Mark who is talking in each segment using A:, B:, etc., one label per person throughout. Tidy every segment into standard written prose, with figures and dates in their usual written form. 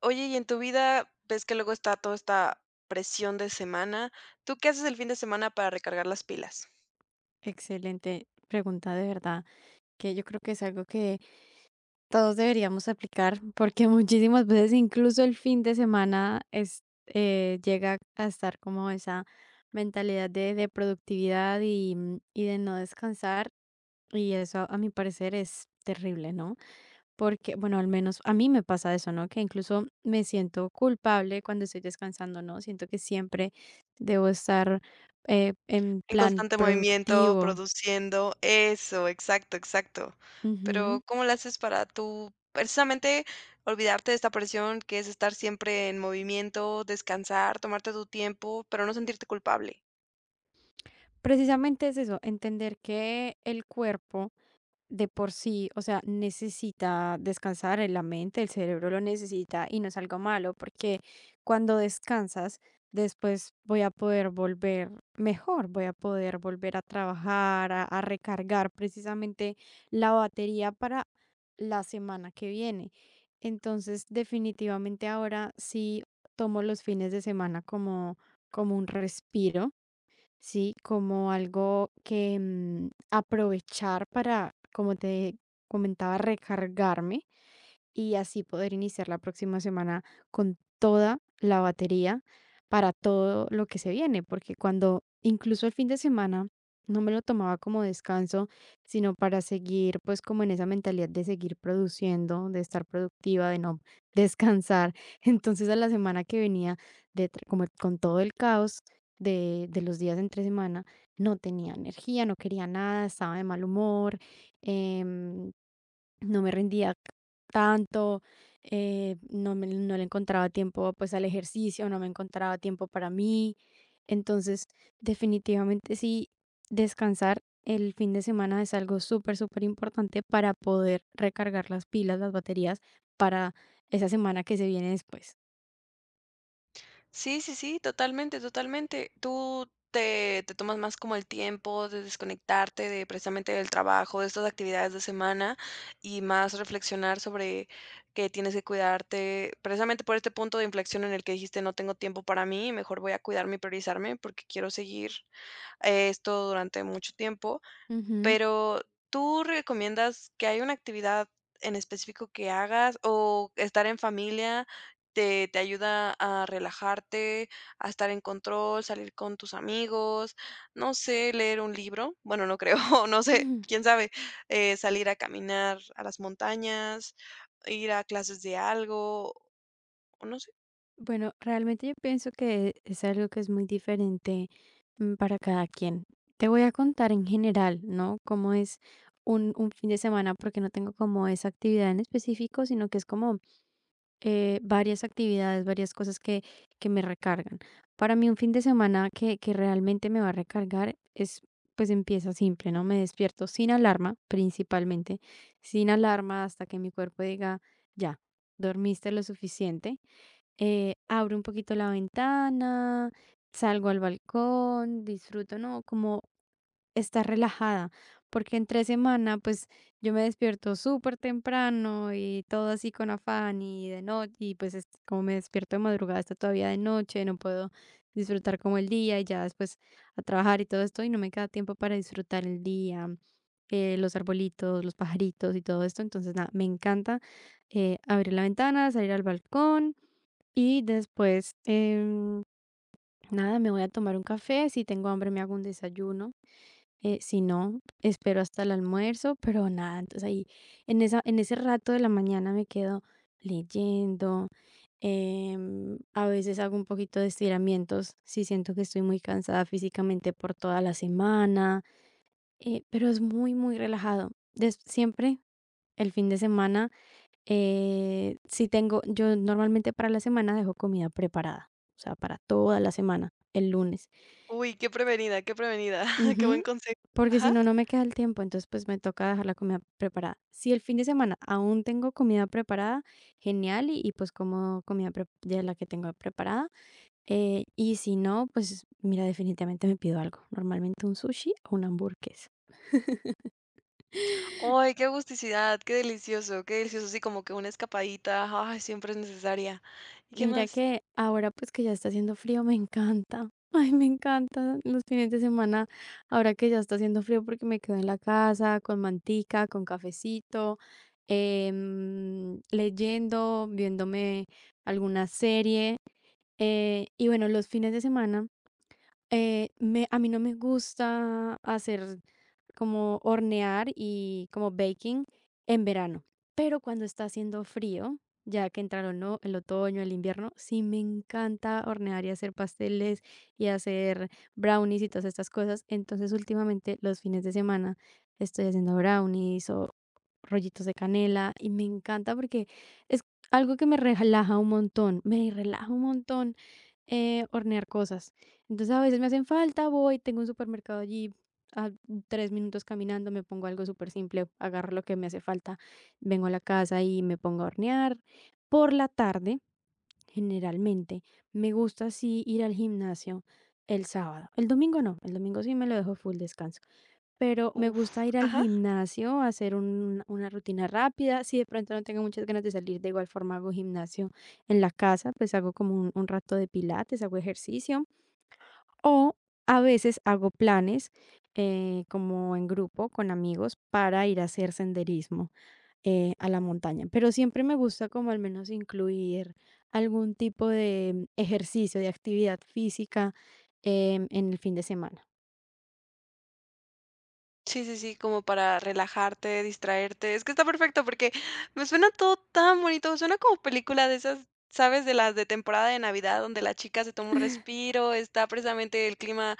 A: Oye, y en tu vida, ves que luego está toda esta presión de semana, ¿tú qué haces el fin de semana para recargar las pilas?
B: Excelente pregunta, de verdad, que yo creo que es algo que todos deberíamos aplicar porque muchísimas veces, incluso el fin de semana, llega a estar como esa mentalidad de productividad y de no descansar y eso a mi parecer es terrible, ¿no? Porque, bueno, al menos a mí me pasa eso, ¿no? Que incluso me siento culpable cuando estoy descansando, ¿no? Siento que siempre debo estar en
A: En
B: plan
A: constante movimiento,
B: productivo.
A: produciendo, eso, exacto, exacto. Pero,
B: Ujú.
A: ¿cómo lo haces para tú, precisamente, olvidarte de esta presión que es estar siempre en movimiento, descansar, tomarte tu tiempo, pero no sentirte culpable?
B: Precisamente es eso, entender que el cuerpo de por sí, o sea, necesita descansar, la mente, el cerebro lo necesita y no es algo malo, porque cuando descansas, después voy a poder volver mejor, voy a poder volver a trabajar, a recargar precisamente la batería para la semana que viene. Entonces, definitivamente ahora sí tomo los fines de semana como, como un respiro. Sí, como algo que aprovechar para, como te comentaba, recargarme y así poder iniciar la próxima semana con toda la batería para todo lo que se viene, porque cuando incluso el fin de semana no me lo tomaba como descanso, sino para seguir pues como en esa mentalidad de seguir produciendo, de estar productiva, de no descansar. Entonces a la semana que venía como con todo el caos de los días entre semana, no tenía energía, no quería nada, estaba de mal humor, em, no me rendía tanto, no le encontraba tiempo pues al ejercicio, no me encontraba tiempo para mí. Entonces, definitivamente sí, descansar el fin de semana es algo súper, súper importante para poder recargar las pilas, las baterías para esa semana que se viene después.
A: Sí, sí, sí, totalmente, totalmente. Tú te tomas más como el tiempo de desconectarte de precisamente del trabajo, de estas actividades de semana y más reflexionar sobre que tienes que cuidarte, precisamente por este punto de inflexión en el que dijiste no tengo tiempo para mí, mejor voy a cuidarme y priorizarme porque quiero seguir esto durante mucho tiempo.
B: Ujú.
A: Pero, ¿tú recomiendas que hay una actividad en específico que hagas o estar en familia te ayuda a relajarte, a estar en control, salir con tus amigos, no sé, ¿leer un libro? Bueno, no creo, no sé, quién sabe, salir a caminar a las montañas, ir a clases de algo, o no sé.
B: Bueno, realmente yo pienso que es algo que es muy diferente para cada quien. Te voy a contar en general, ¿no? Cómo es un fin de semana, porque no tengo como esa actividad en específico, sino que es como varias actividades, varias cosas que me recargan. Para mí un fin de semana que realmente me va a recargar pues empieza simple, ¿no? Me despierto sin alarma, principalmente, sin alarma hasta que mi cuerpo diga, ya, dormiste lo suficiente. Abro un poquito la ventana, salgo al balcón, disfruto, ¿no? Como estar relajada, porque entre semana, pues yo me despierto súper temprano y todo así con afán y de noche, y pues como me despierto de madrugada, está todavía de noche, no puedo disfrutar como el día y ya después a trabajar y todo esto y no me queda tiempo para disfrutar el día. Los arbolitos, los pajaritos y todo esto. Entonces, nada, me encanta abrir la ventana, salir al balcón, y después, nada, me voy a tomar un café. Si tengo hambre, me hago un desayuno. Si no, espero hasta el almuerzo, pero nada, entonces ahí en ese rato de la mañana me quedo leyendo. A veces hago un poquito de estiramientos si siento que estoy muy cansada físicamente por toda la semana, pero es muy, muy relajado. Siempre el fin de semana, si tengo, yo normalmente para la semana dejo comida preparada, o sea, para toda la semana, el lunes.
A: Uy, qué prevenida, qué buen
B: Ujú,
A: consejo.
B: porque si
A: Ajá.
B: no, no me queda el tiempo, entonces, pues, me toca dejar la comida preparada. Si el fin de semana aún tengo comida preparada, genial, pues, como comida pre de la que tengo preparada, y si no, pues, mira, definitivamente me pido algo, normalmente un sushi o una hamburguesa.
A: Ay, qué agusticidad, qué delicioso, sí, como que una escapadita, ay, siempre es necesaria. ¿Y qué
B: Mira
A: más?
B: que ahora pues que ya está haciendo frío, me encanta. Ay, me encanta los fines de semana, ahora que ya está haciendo frío porque me quedo en la casa con mantica, con cafecito, leyendo, viéndome alguna serie. Y bueno, los fines de semana, me a mí no me gusta hacer como hornear y como baking en verano, pero cuando está haciendo frío, ya que entraron, ¿no? el otoño, el invierno, sí me encanta hornear y hacer pasteles y hacer brownies y todas estas cosas. Entonces, últimamente, los fines de semana estoy haciendo brownies o rollitos de canela y me encanta porque es algo que me relaja un montón, me relaja un montón, hornear cosas. Entonces a veces me hacen falta, voy, tengo un supermercado allí, a 3 minutos caminando, me pongo algo súper simple, agarro lo que me hace falta, vengo a la casa y me pongo a hornear. Por la tarde, generalmente, me gusta así ir al gimnasio el sábado. El domingo no, el domingo sí me lo dejo full descanso. Pero me
A: Uf,
B: gusta ir al
A: ajá.
B: gimnasio, hacer un una rutina rápida. Si de pronto no tengo muchas ganas de salir, de igual forma hago gimnasio en la casa, pues hago como un rato de pilates, hago ejercicio. O a veces hago planes, como en grupo con amigos para ir a hacer senderismo, a la montaña. Pero siempre me gusta como al menos incluir algún tipo de ejercicio, de actividad física, en el fin de semana.
A: Sí, sí, sí, como para relajarte, distraerte. Es que está perfecto porque me suena todo tan bonito, suena como película de esas, ¿sabes? De las de temporada de Navidad, donde la chica se toma un respiro, está precisamente el clima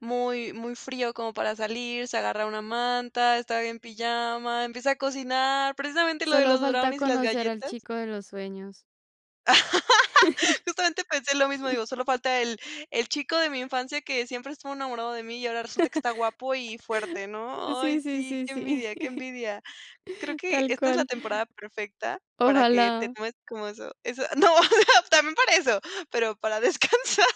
A: muy, muy frío como para salir, se agarra una manta, está en pijama, empieza a cocinar, precisamente lo de
B: Solo
A: los
B: falta
A: brownies y las
B: conocer al
A: galletas.
B: chico de los sueños.
A: Justamente pensé lo mismo, digo, solo falta el chico de mi infancia que siempre estuvo enamorado de mí y ahora resulta que está guapo y fuerte, ¿no? Ay,
B: Sí, sí,
A: sí,
B: sí,
A: qué
B: sí,
A: envidia, qué envidia. Creo que
B: tal
A: esta es la
B: cual.
A: temporada perfecta para que te
B: Ojalá.
A: tomes como eso no, o sea, también para eso, pero para descansar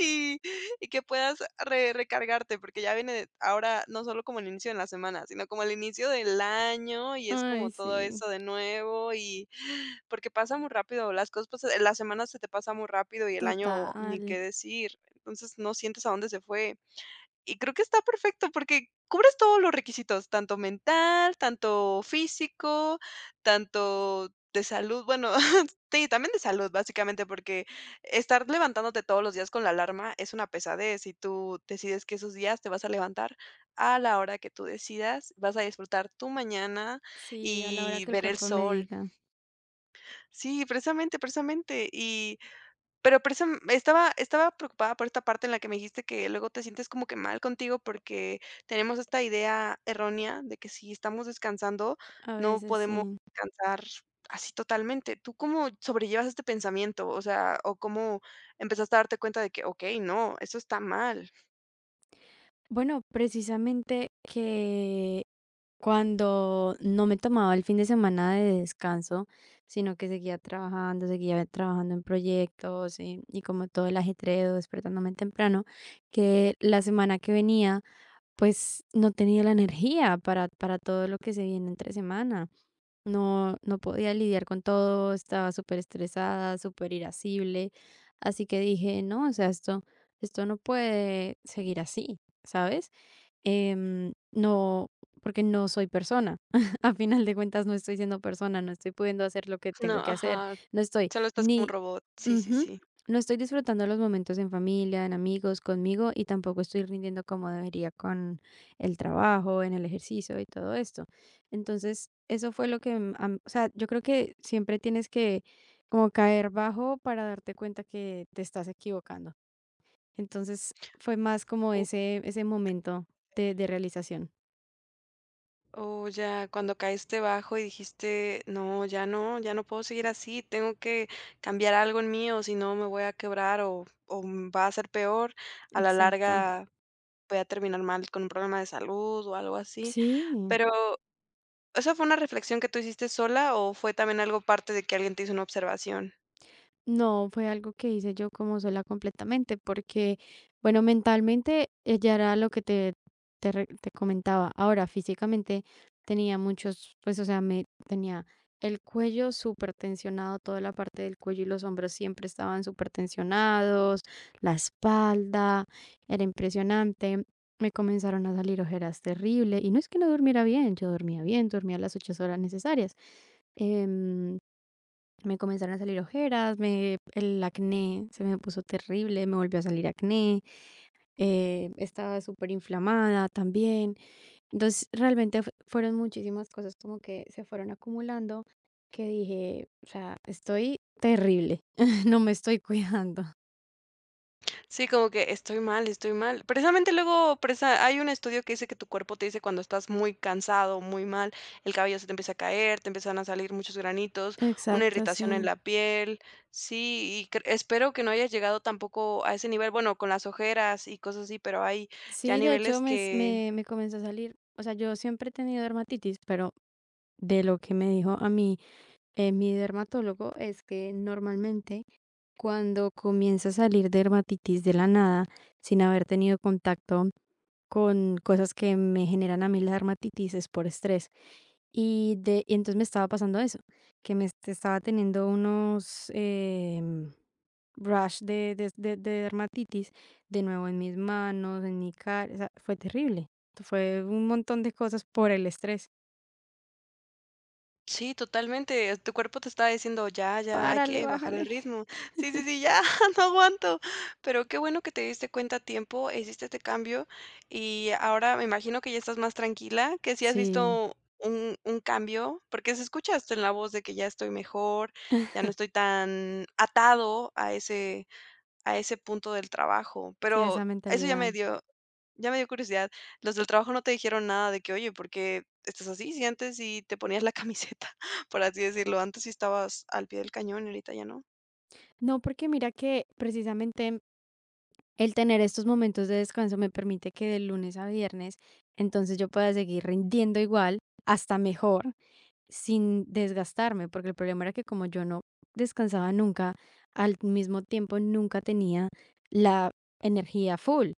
A: y y que puedas re recargarte, porque ya viene ahora no solo como el inicio de la semana, sino como el inicio del año y es como
B: Ay,
A: todo
B: sí,
A: eso de nuevo y porque pasa muy rápido, las cosas pasan la semana se te pasa muy rápido y el año ni
B: total.
A: qué decir, entonces no sientes a dónde se fue. Y creo que está perfecto porque cubres todos los requisitos, tanto mental, tanto físico, tanto de salud, bueno, sí, también de salud, básicamente, porque estar levantándote todos los días con la alarma es una pesadez y tú decides que esos días te vas a levantar a la hora que tú decidas, vas a disfrutar tu mañana
B: Sí, a la hora
A: y
B: que el
A: ver el
B: cuerpo me
A: sol.
B: diga.
A: Sí, precisamente, precisamente. Y pero por eso estaba preocupada por esta parte en la que me dijiste que luego te sientes como que mal contigo porque tenemos esta idea errónea de que si estamos descansando,
B: A
A: no
B: veces
A: podemos
B: sí.
A: descansar así totalmente. ¿Tú cómo sobrellevas este pensamiento? O sea, o cómo empezaste a darte cuenta de que, okey, no, eso está mal.
B: Bueno, precisamente que cuando no me tomaba el fin de semana de descanso, sino que seguía trabajando en proyectos y como todo el ajetreo, despertándome temprano, que la semana que venía, pues no tenía la energía para todo lo que se viene entre semana. No, no podía lidiar con todo, estaba súper estresada, súper superirascible. Así que dije, no, o sea, esto no puede seguir así, ¿sabes? No, porque no soy persona. A final de cuentas, no estoy siendo persona, no estoy pudiendo hacer lo que
A: No,
B: tengo que hacer,
A: ajá,
B: no estoy
A: solo estás como un
B: ni.
A: robot. Sí, sí,
B: Ujú.
A: sí.
B: No estoy disfrutando los momentos en familia, en amigos, conmigo y tampoco estoy rindiendo como debería con el trabajo, en el ejercicio y todo esto. Entonces, eso fue lo que, o sea, yo creo que siempre tienes que como caer bajo para darte cuenta que te estás equivocando. Entonces, fue más como
A: O
B: ese momento de realización.
A: o ya, cuando caíste bajo y dijiste: "No, ya no, ya no puedo seguir así, tengo que cambiar algo en mí, o si no me voy a quebrar, o va a ser peor, a la
B: Exacto.
A: larga voy a terminar mal con un problema de salud", o algo así.
B: Sí.
A: Pero, ¿esa fue una reflexión que tú hiciste sola, o fue también algo parte de que alguien te hizo una observación?
B: No, fue algo que hice yo como sola completamente, porque, bueno, mentalmente ella era lo que te comentaba. Ahora, físicamente tenía muchos, pues, o sea, me tenía el cuello súper tensionado, toda la parte del cuello y los hombros siempre estaban súper tensionados, la espalda, era impresionante. Me comenzaron a salir ojeras terrible, y no es que no durmiera bien, yo dormía bien, dormía las 8 horas necesarias. Em, Me comenzaron a salir ojeras, me el acné se me puso terrible, me volvió a salir acné, estaba súper inflamada también. Entonces, realmente fueron muchísimas cosas como que se fueron acumulando que dije, o sea, estoy terrible, no me estoy cuidando.
A: Sí, como que estoy mal, estoy mal. Precisamente luego presa hay un estudio que dice que tu cuerpo te dice cuando estás muy cansado, muy mal, el cabello se te empieza a caer, te empiezan a salir muchos granitos, una
B: Exacto,
A: irritación en
B: sí.
A: la piel. Sí, y espero que no hayas llegado tampoco a ese nivel, bueno, con las ojeras y cosas así, pero hay ya
B: Sí, de hecho
A: niveles
B: me, s-
A: que
B: me, me comenzó a salir, o sea, yo siempre he tenido dermatitis, pero de lo que me dijo a mí, mi dermatólogo es que normalmente cuando comienza a salir de dermatitis de la nada, sin haber tenido contacto con cosas que me generan a mí la dermatitis, es por estrés. Y entonces me estaba pasando eso, que me estaba teniendo unos, rash de dermatitis de nuevo en mis manos, en mi cara. O sea, fue terrible. Fue un montón de cosas por el estrés.
A: sí, totalmente. Tu cuerpo te está diciendo: "Ya, ya, hay
B: Párale,
A: que bajar el
B: bájale.
A: ritmo". Sí, sí, sí, ya, no aguanto. Pero qué bueno que te diste cuenta a tiempo, e hiciste este cambio, y ahora me imagino que ya estás más tranquila, que sí has
B: Sí,
A: visto un cambio, porque se escucha hasta en la voz de que ya estoy mejor, ya no estoy tan atado a ese punto del trabajo.
B: sí,
A: Pero
B: esa
A: eso ya me
B: mentalidad.
A: dio ya me dio curiosidad. ¿Los del trabajo no te dijeron nada de que, oye, por qué estás así? Si antes sí te ponías la camiseta, por así decirlo, antes sí estabas al pie del cañón y ahorita ya no.
B: No, porque mira que precisamente el tener estos momentos de descanso me permite que de lunes a viernes, entonces yo pueda seguir rindiendo igual, hasta mejor, sin desgastarme, porque el problema era que como yo no descansaba nunca, al mismo tiempo nunca tenía la energía full.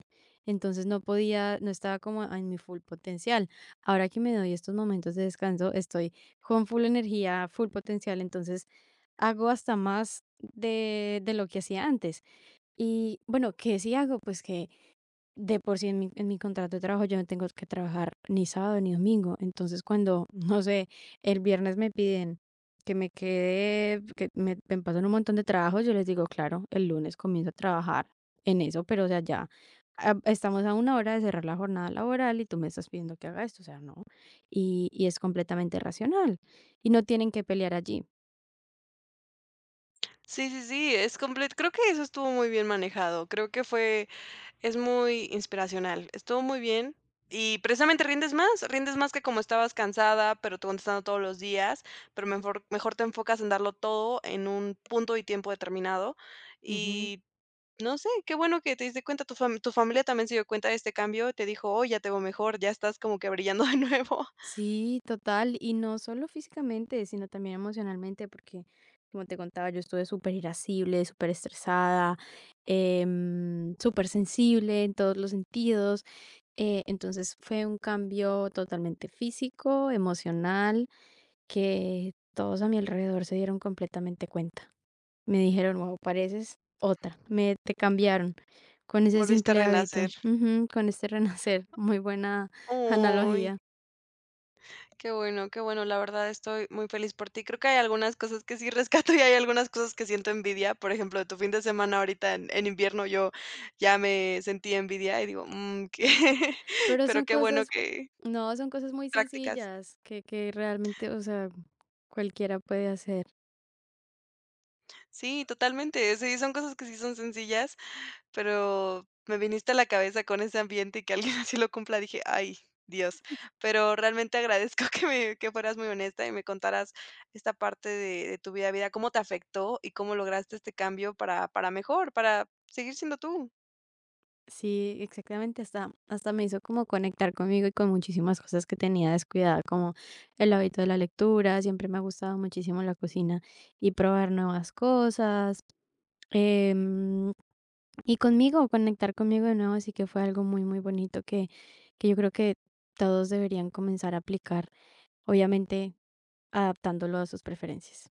B: Entonces no podía, no estaba como en mi full potencial. Ahora que me doy estos momentos de descanso, estoy con full energía, full potencial, entonces hago hasta más de lo que hacía antes. Y bueno, ¿qué sí hago? Pues que de por sí en mi contrato de trabajo yo no tengo que trabajar ni sábado ni domingo. Entonces cuando, no sé, el viernes me piden que me quede, me pasan un montón de trabajo, yo les digo, claro, el lunes comienzo a trabajar en eso, pero o sea, ya, estamos a una hora de cerrar la jornada laboral y tú me estás pidiendo que haga esto, o sea, no. Y es completamente racional y no tienen que pelear allí.
A: Sí, sí, sí, es completo. Creo que eso estuvo muy bien manejado. Creo que fue, es muy inspiracional. Estuvo muy bien. Y precisamente rindes más que como estabas cansada, pero te contestando todos los días, pero mejor, mejor te enfocas en darlo todo en un punto y tiempo determinado. Y no sé, qué bueno que te diste cuenta, tu familia también se dio cuenta de este cambio, te dijo: "Oh, ya te veo mejor, ya estás como que brillando de nuevo,
B: Sí, total, y no solo físicamente, sino también emocionalmente, porque como te contaba, yo estuve súper irascible, súper estresada, súper sensible en todos los sentidos. Entonces fue un cambio totalmente físico, emocional, que todos a mi alrededor se dieron completamente cuenta. Me dijeron, wow, pareces otra, me te cambiaron con ese
A: volviste a
B: simple hábito.
A: renacer".
B: Ujú, con este renacer. Muy buena
A: Ay,
B: analogía.
A: qué bueno, la verdad estoy muy feliz por ti. Creo que hay algunas cosas que sí rescato y hay algunas cosas que siento envidia, por ejemplo, de tu fin de semana ahorita en invierno yo ya me sentí envidia y digo: "Mm, qué".
B: Pero
A: Pero
B: son
A: qué bueno
B: cosas
A: que
B: no, son cosas muy
A: practicas.
B: sencillas que realmente, o sea, cualquiera puede hacer.
A: Sí, totalmente, sí, son cosas que sí son sencillas, pero me viniste a la cabeza con ese ambiente y que alguien así lo cumpla, dije: "Ay, Dios". Pero realmente agradezco que me que fueras muy honesta y me contaras esta parte de tu vida, cómo te afectó y cómo lograste este cambio para mejor, para seguir siendo tú.
B: Sí, exactamente, hasta me hizo como conectar conmigo y con muchísimas cosas que tenía descuidada, como el hábito de la lectura, siempre me ha gustado muchísimo la cocina y probar nuevas cosas, em, y conmigo, conectar conmigo de nuevo, así que fue algo muy, muy bonito que yo creo que todos deberían comenzar a aplicar, obviamente adaptándolo a sus preferencias.